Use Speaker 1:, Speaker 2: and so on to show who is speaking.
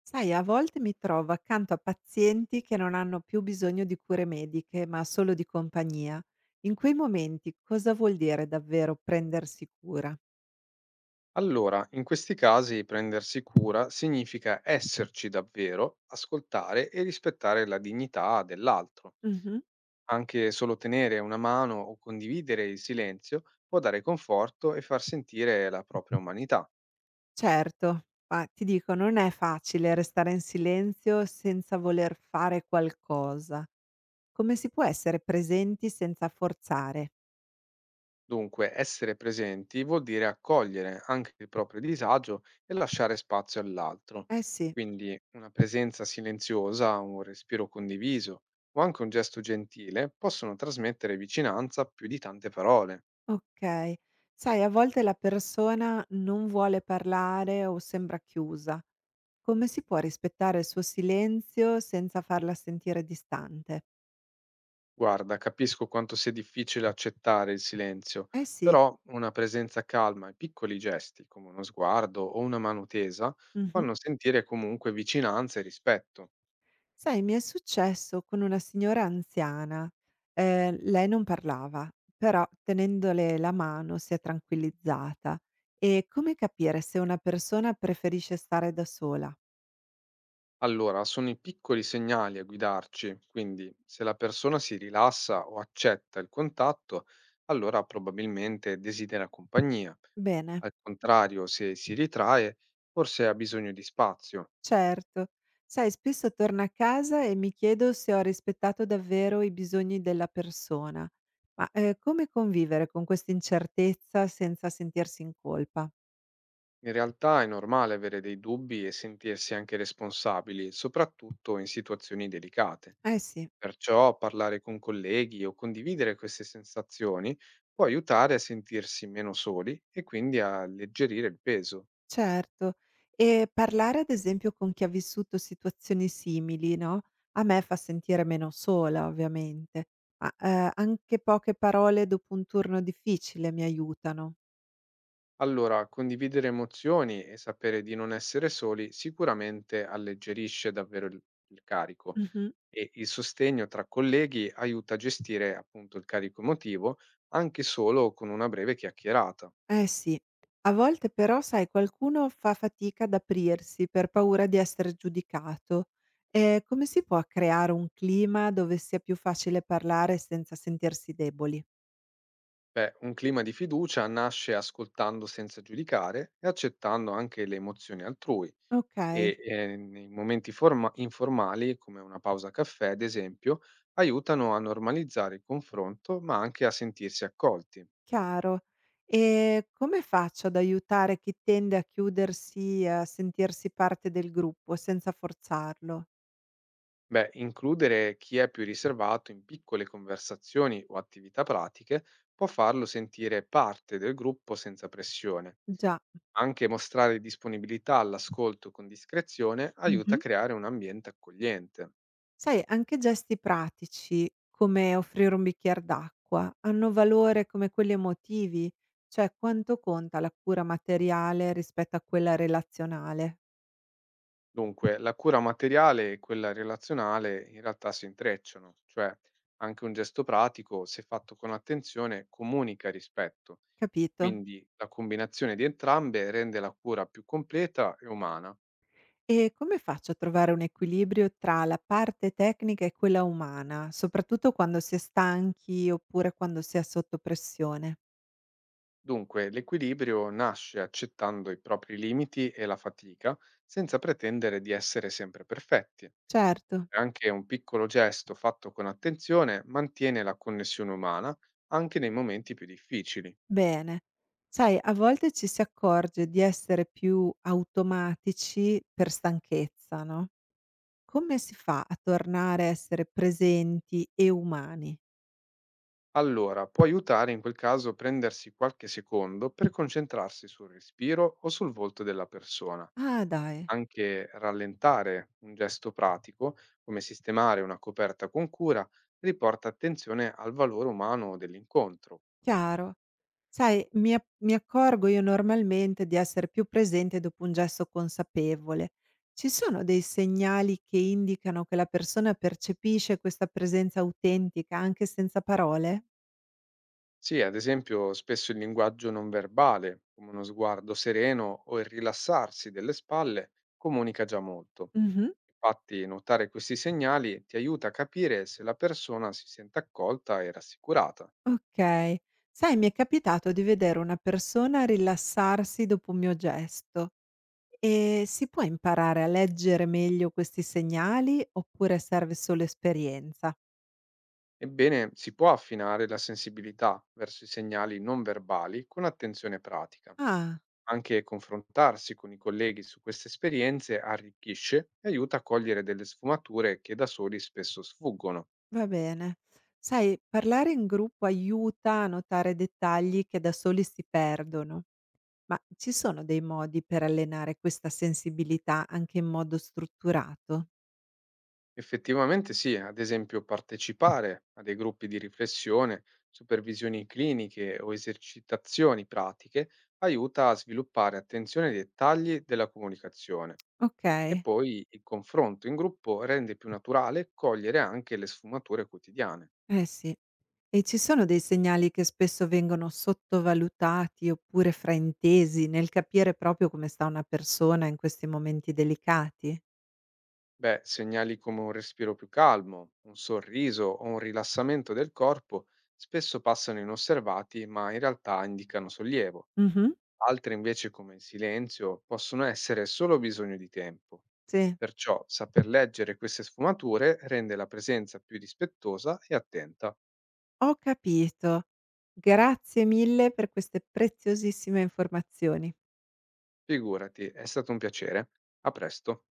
Speaker 1: Sai, a volte mi trovo accanto a pazienti che non hanno più bisogno di cure mediche, ma solo di compagnia. In quei momenti cosa vuol dire davvero prendersi cura?
Speaker 2: Allora, in questi casi prendersi cura significa esserci davvero, ascoltare e rispettare la dignità dell'altro.
Speaker 1: Mhm.
Speaker 2: Anche solo tenere una mano o condividere il silenzio può dare conforto e far sentire la propria umanità.
Speaker 1: Certo, ma ti dico, non è facile restare in silenzio senza voler fare qualcosa. Come si può essere presenti senza forzare?
Speaker 2: Dunque, essere presenti vuol dire accogliere anche il proprio disagio e lasciare spazio all'altro.
Speaker 1: Eh sì,
Speaker 2: Quindi una presenza silenziosa, un respiro condiviso o anche un gesto gentile possono trasmettere vicinanza più di tante parole.
Speaker 1: ok. Sai, a volte la persona non vuole parlare o sembra chiusa. Come si può rispettare il suo silenzio senza farla sentire distante?
Speaker 2: Guarda, capisco quanto sia difficile accettare il silenzio,
Speaker 1: Eh sì,
Speaker 2: però una presenza calma e piccoli gesti, come uno sguardo o una mano tesa,
Speaker 1: mh-mh.
Speaker 2: fanno sentire comunque vicinanza e rispetto.
Speaker 1: Sai, mi è successo con una signora anziana, lei non parlava, però tenendole la mano si è tranquillizzata. E come capire se una persona preferisce stare da sola?
Speaker 2: Allora, sono i piccoli segnali a guidarci, quindi se la persona si rilassa o accetta il contatto, allora probabilmente desidera compagnia.
Speaker 1: Bene.
Speaker 2: Al contrario, se si ritrae, forse ha bisogno di spazio.
Speaker 1: Certo. Sai, spesso torno a casa e mi chiedo se ho rispettato davvero i bisogni della persona. Ma come convivere con questa incertezza senza sentirsi in colpa?
Speaker 2: In realtà è normale avere dei dubbi e sentirsi anche responsabili, soprattutto in situazioni delicate.
Speaker 1: Eh sì,
Speaker 2: Perciò parlare con colleghi o condividere queste sensazioni può aiutare a sentirsi meno soli e quindi a alleggerire il peso.
Speaker 1: certo. E parlare ad esempio con chi ha vissuto situazioni simili, no? A me fa sentire meno sola, ovviamente, ma anche poche parole dopo un turno difficile mi aiutano.
Speaker 2: Allora, condividere emozioni e sapere di non essere soli sicuramente alleggerisce davvero il carico
Speaker 1: Mhm.
Speaker 2: e il sostegno tra colleghi aiuta a gestire appunto il carico emotivo anche solo con una breve chiacchierata.
Speaker 1: Eh sì. A volte però, sai, qualcuno fa fatica ad aprirsi per paura di essere giudicato. Come si può creare un clima dove sia più facile parlare senza sentirsi deboli?
Speaker 2: Beh, un clima di fiducia nasce ascoltando senza giudicare e accettando anche le emozioni altrui
Speaker 1: Okay,
Speaker 2: e nei momenti informali, come una pausa caffè, ad esempio, aiutano a normalizzare il confronto, ma anche a sentirsi accolti.
Speaker 1: chiaro. Come faccio ad aiutare chi tende a chiudersi e a sentirsi parte del gruppo senza forzarlo?
Speaker 2: Beh, includere chi è più riservato in piccole conversazioni o attività pratiche può farlo sentire parte del gruppo senza pressione.
Speaker 1: Già.
Speaker 2: Anche mostrare disponibilità all'ascolto con discrezione aiuta a
Speaker 1: Mh-mh.
Speaker 2: creare un ambiente accogliente.
Speaker 1: Sai, anche gesti pratici, come offrire un bicchier d'acqua, hanno valore come quelli emotivi, cioè quanto conta la cura materiale rispetto a quella relazionale,
Speaker 2: Dunque, la cura materiale e quella relazionale in realtà si intrecciano, cioè anche un gesto pratico, se fatto con attenzione, comunica rispetto.
Speaker 1: capito?
Speaker 2: Quindi la combinazione di entrambe rende la cura più completa e umana.
Speaker 1: E come faccio a trovare un equilibrio tra la parte tecnica e quella umana, soprattutto quando si è stanchi oppure quando si è sotto pressione?
Speaker 2: Dunque, l'equilibrio nasce accettando i propri limiti e la fatica, senza pretendere di essere sempre perfetti.
Speaker 1: Certo,
Speaker 2: Anche un piccolo gesto fatto con attenzione mantiene la connessione umana anche nei momenti più difficili.
Speaker 1: bene. Sai, a volte ci si accorge di essere più automatici per stanchezza, no? Come si fa a tornare a essere presenti e umani?
Speaker 2: Allora, può aiutare in quel caso prendersi qualche secondo per concentrarsi sul respiro o sul volto della persona.
Speaker 1: Ah dai,
Speaker 2: Anche rallentare un gesto pratico, come sistemare una coperta con cura, riporta attenzione al valore umano dell'incontro.
Speaker 1: chiaro. Sai, mi accorgo io normalmente di essere più presente dopo un gesto consapevole. Ci sono dei segnali che indicano che la persona percepisce questa presenza autentica anche senza parole?
Speaker 2: Sì, ad esempio, spesso il linguaggio non verbale, come uno sguardo sereno o il rilassarsi delle spalle, comunica già molto.
Speaker 1: Mh-mh,
Speaker 2: Infatti, notare questi segnali ti aiuta a capire se la persona si sente accolta e rassicurata.
Speaker 1: okay. Sai, mi è capitato di vedere una persona rilassarsi dopo un mio gesto. E si può imparare a leggere meglio questi segnali oppure serve solo esperienza?
Speaker 2: Ebbene, si può affinare la sensibilità verso i segnali non verbali con attenzione pratica.
Speaker 1: Ah,
Speaker 2: Anche confrontarsi con i colleghi su queste esperienze arricchisce e aiuta a cogliere delle sfumature che da soli spesso sfuggono.
Speaker 1: va bene. Sai, parlare in gruppo aiuta a notare dettagli che da soli si perdono, ma ci sono dei modi per allenare questa sensibilità anche in modo strutturato?
Speaker 2: Effettivamente sì, ad esempio partecipare a dei gruppi di riflessione, supervisioni cliniche o esercitazioni pratiche aiuta a sviluppare attenzione ai dettagli della comunicazione
Speaker 1: Ok,
Speaker 2: e poi il confronto in gruppo rende più naturale cogliere anche le sfumature quotidiane.
Speaker 1: eh sì. E ci sono dei segnali che spesso vengono sottovalutati oppure fraintesi nel capire proprio come sta una persona in questi momenti delicati?
Speaker 2: Beh, segnali come un respiro più calmo, un sorriso o un rilassamento del corpo spesso passano inosservati ma in realtà indicano sollievo.
Speaker 1: Mh-mh.
Speaker 2: Altre invece, come il silenzio, possono essere solo bisogno di tempo.
Speaker 1: Sì.
Speaker 2: Perciò saper leggere queste sfumature rende la presenza più rispettosa e attenta.
Speaker 1: Ho capito. Grazie mille per queste preziosissime informazioni.
Speaker 2: Figurati, è stato un piacere. A presto.